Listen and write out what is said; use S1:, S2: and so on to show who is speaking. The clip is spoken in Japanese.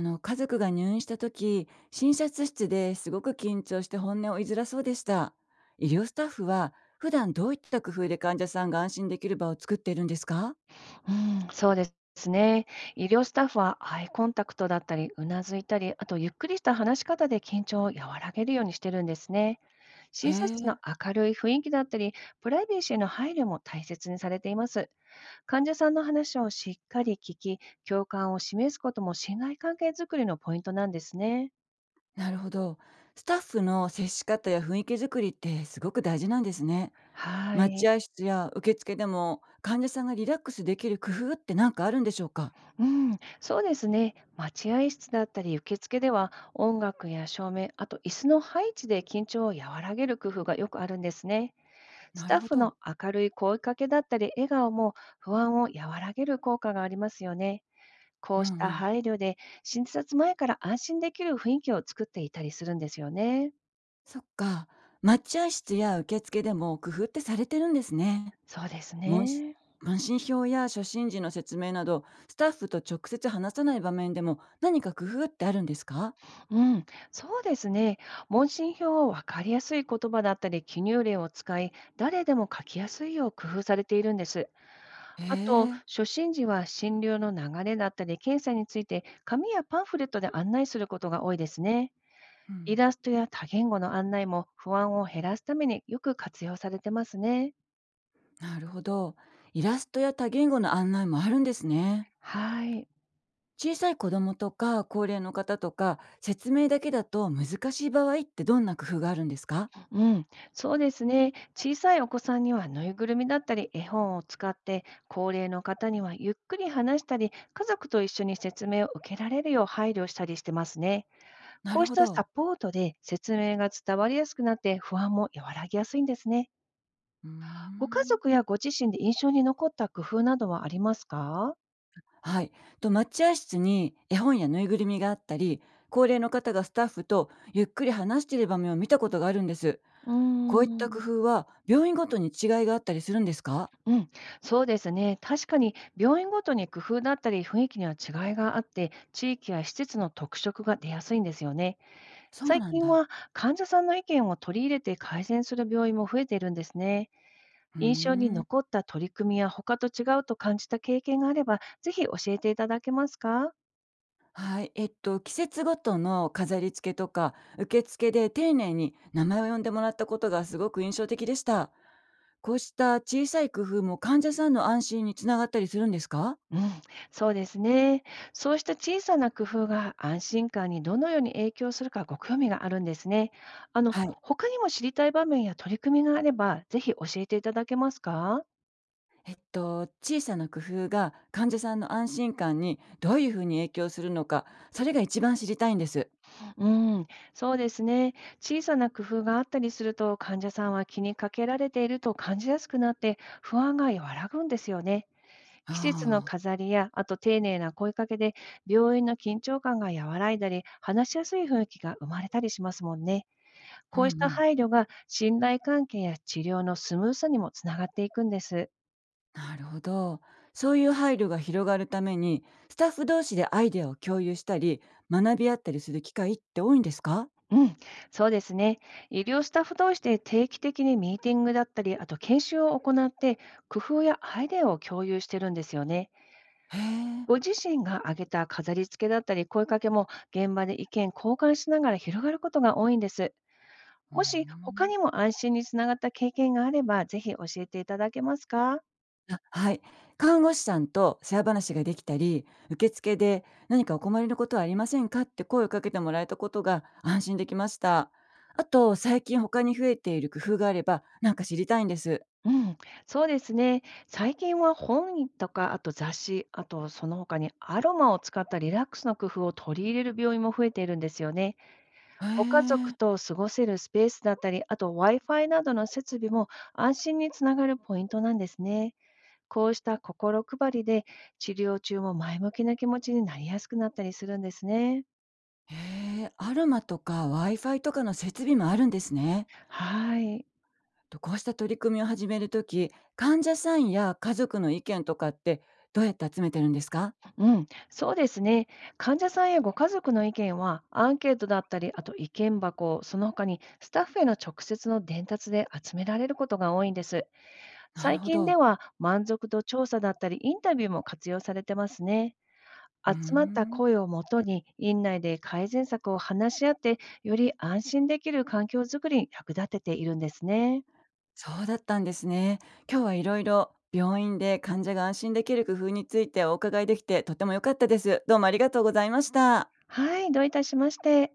S1: あの家族が入院した時、診察室ですごく緊張して本音を言いづらそうでした。医療スタッフは普段どういった工夫で患者さんが安心できる場を作っているんですか？
S2: うん、そうですね。医療スタッフはアイコンタクトだったり、うなずいたり、あとゆっくりした話し方で緊張を和らげるようにしてるんですね。
S1: へ
S2: 診察室の
S1: え。
S2: 明るい雰囲気だったり、プライベーシーへの配慮も大切にされています。患者さんの話をしっかり聞き、共感を示すことも信頼関係づくりのポイントなんですね。
S1: なるほど。スタッフの接し方や雰囲気作りってすごく大事なんですね。
S2: は
S1: 待
S2: い。
S1: 合室や受付でも患者さんがリラックスできる工夫って何かあるんでしょうか？
S2: うん、そうですね。待合室だったり受付では音楽や照明、あと椅子の配置で緊張を和らげる工夫がよくあるんですね。ス
S1: な
S2: タ
S1: る
S2: ッ
S1: ほ
S2: フの
S1: ど。
S2: 明るい声かけだったり笑顔も不安を和らげる効果がありますよね。
S1: う
S2: こ
S1: ん
S2: うし
S1: う
S2: た
S1: ん。
S2: 配慮で診察前から安心できる雰囲気を作っていたりするんですよね。
S1: そっか。待合室や受付でも工夫ってされてるんですね。
S2: そうです
S1: 問し
S2: ね。
S1: 問診票や初診時の説明など、スタッフと直接話さない場面でも何か工夫ってあるんですか？
S2: うん、そうですね。問診票を分かりやすい言葉だったり記入例を使い、誰でも書きやすいよう工夫されているんです。
S1: へ
S2: あと、
S1: え、
S2: 初診時は診療の流れだったり、検査について紙やパンフレットで案内することが多いですね。
S1: う
S2: イ
S1: ん、
S2: ラストや多言語の案内も不安を減らすためによく活用されてますね。
S1: なるほど。イラストや多言語の案内もあるんですね。
S2: はい。
S1: 小さい子供とか高齢の方とか、説明だけだと難しい場合ってどんな工夫があるんですか？
S2: うん。そうですね。小さいお子さんにはぬいぐるみだったり絵本を使って、高齢の方にはゆっくり話したり、家族と一緒に説明を受けられるよう配慮したりしてますね。
S1: な
S2: こ
S1: る
S2: うし
S1: ほ
S2: たサ
S1: ど。
S2: ポートで説明が伝わりやすくなって不安も和らぎやすいんですね。
S1: うー
S2: ご家
S1: ん。
S2: 族やご自身で印象に残った工夫などはありますか？
S1: はい。待合室に絵本やぬいぐるみがあったり、高齢の方がスタッフとゆっくり話している場面を見たことがあるんです。
S2: うー
S1: こういった工
S2: ん。
S1: 夫は、病院ごとに違いがあったりするんですか？
S2: うん、そうですね。確かに病院ごとに工夫だったり雰囲気には違いがあって、地域や施設の特色が出やすいんですよね。
S1: そう
S2: 最
S1: なん
S2: 近
S1: だ。
S2: は患者さんの意見を取り入れて改善する病院も増えているんですね。
S1: うー
S2: 印象に
S1: ん。
S2: 残った取り組みや他と違うと感じた経験があれば、ぜひ教えていただけますか？
S1: はい。季節ごとの飾り付けとか、受付で丁寧に名前を呼んでもらったことがすごく印象的でした。こうした小さい工夫も患者さんの安心につながったりするんですか？
S2: うん、そうですね。そうした小さな工夫が安心感にどのように影響するかご興味があるんですね。あの、
S1: はい。
S2: 他にも知りたい場面や取り組みがあれば、ぜひ教えていただけますか。
S1: 小さな工夫が患者さんの安心感にどういうふうに影響するのか、それが一番知りたいんです。
S2: うん、そうですね。小さな工夫があったりすると、患者さんは気にかけられていると感じやすくなって、不安が和らぐんですよね。
S1: あ
S2: 季節の
S1: あ。
S2: 飾りや、あと丁寧な声かけで、病院の緊張感が和らいだり、話しやすい雰囲気が生まれたりしますもんね。
S1: う
S2: こうし
S1: んう
S2: た
S1: ん。
S2: 配慮が信頼関係や治療のスムーズさにもつながっていくんです。
S1: なるほど。そういう配慮が広がるために、スタッフ同士でアイデアを共有したり、学び合ったりする機会って多いんですか？
S2: うん、そうですね。医療スタッフ同士で定期的にミーティングだったり、あと研修を行って、工夫やアイデアを共有してるんですよね。
S1: へえ。
S2: ご自身が挙げた飾り付けだったり、声かけも現場で意見交換しながら広がることが多いんです。
S1: う
S2: もし他
S1: ん。
S2: にも安心につながった経験があれば、ぜひ教えていただけますか。
S1: あ、はい。看護師さんと世話話ができたり、受付で何かお困りのことはありませんかって声をかけてもらえたことが安心できました。あと、最近他に増えている工夫があれば、なんか知りたいんです。
S2: うん、そうですね。最近は本とか、あと雑誌、あとその他にアロマを使ったリラックスの工夫を取り入れる病院も増えているんですよね。
S1: へ
S2: ご家
S1: え。
S2: 族と過ごせるスペースだったり、あと Wi-Fi などの設備も安心につながるポイントなんですね。こうした心配りで治療中も前向きな気持ちになりやすくなったりするんですね。
S1: へえ、アロマとか Wi-Fi とかの設備もあるんですね。
S2: はい。
S1: とこうした取り組みを始めるとき、患者さんや家族の意見とかってどうやって集めてるんですか？
S2: うん、そうですね。患者さんやご家族の意見は、アンケートだったり、あと意見箱、その他にスタッフへの直接の伝達で集められることが多いんです。
S1: なる
S2: 最
S1: ほ
S2: 近で
S1: ど。
S2: は、満足度調査だったり、インタビューも活用されてますね。
S1: うー
S2: 集まった
S1: ん。
S2: 声をもとに、院内で改善策を話し合って、より安心できる環境づくりに役立てているんですね。
S1: そうだったんですね。今日はいろいろ病院で患者が安心できる工夫についてお伺いできてとても良かったです。どうもありがとうございました。
S2: はい、どういたしまして。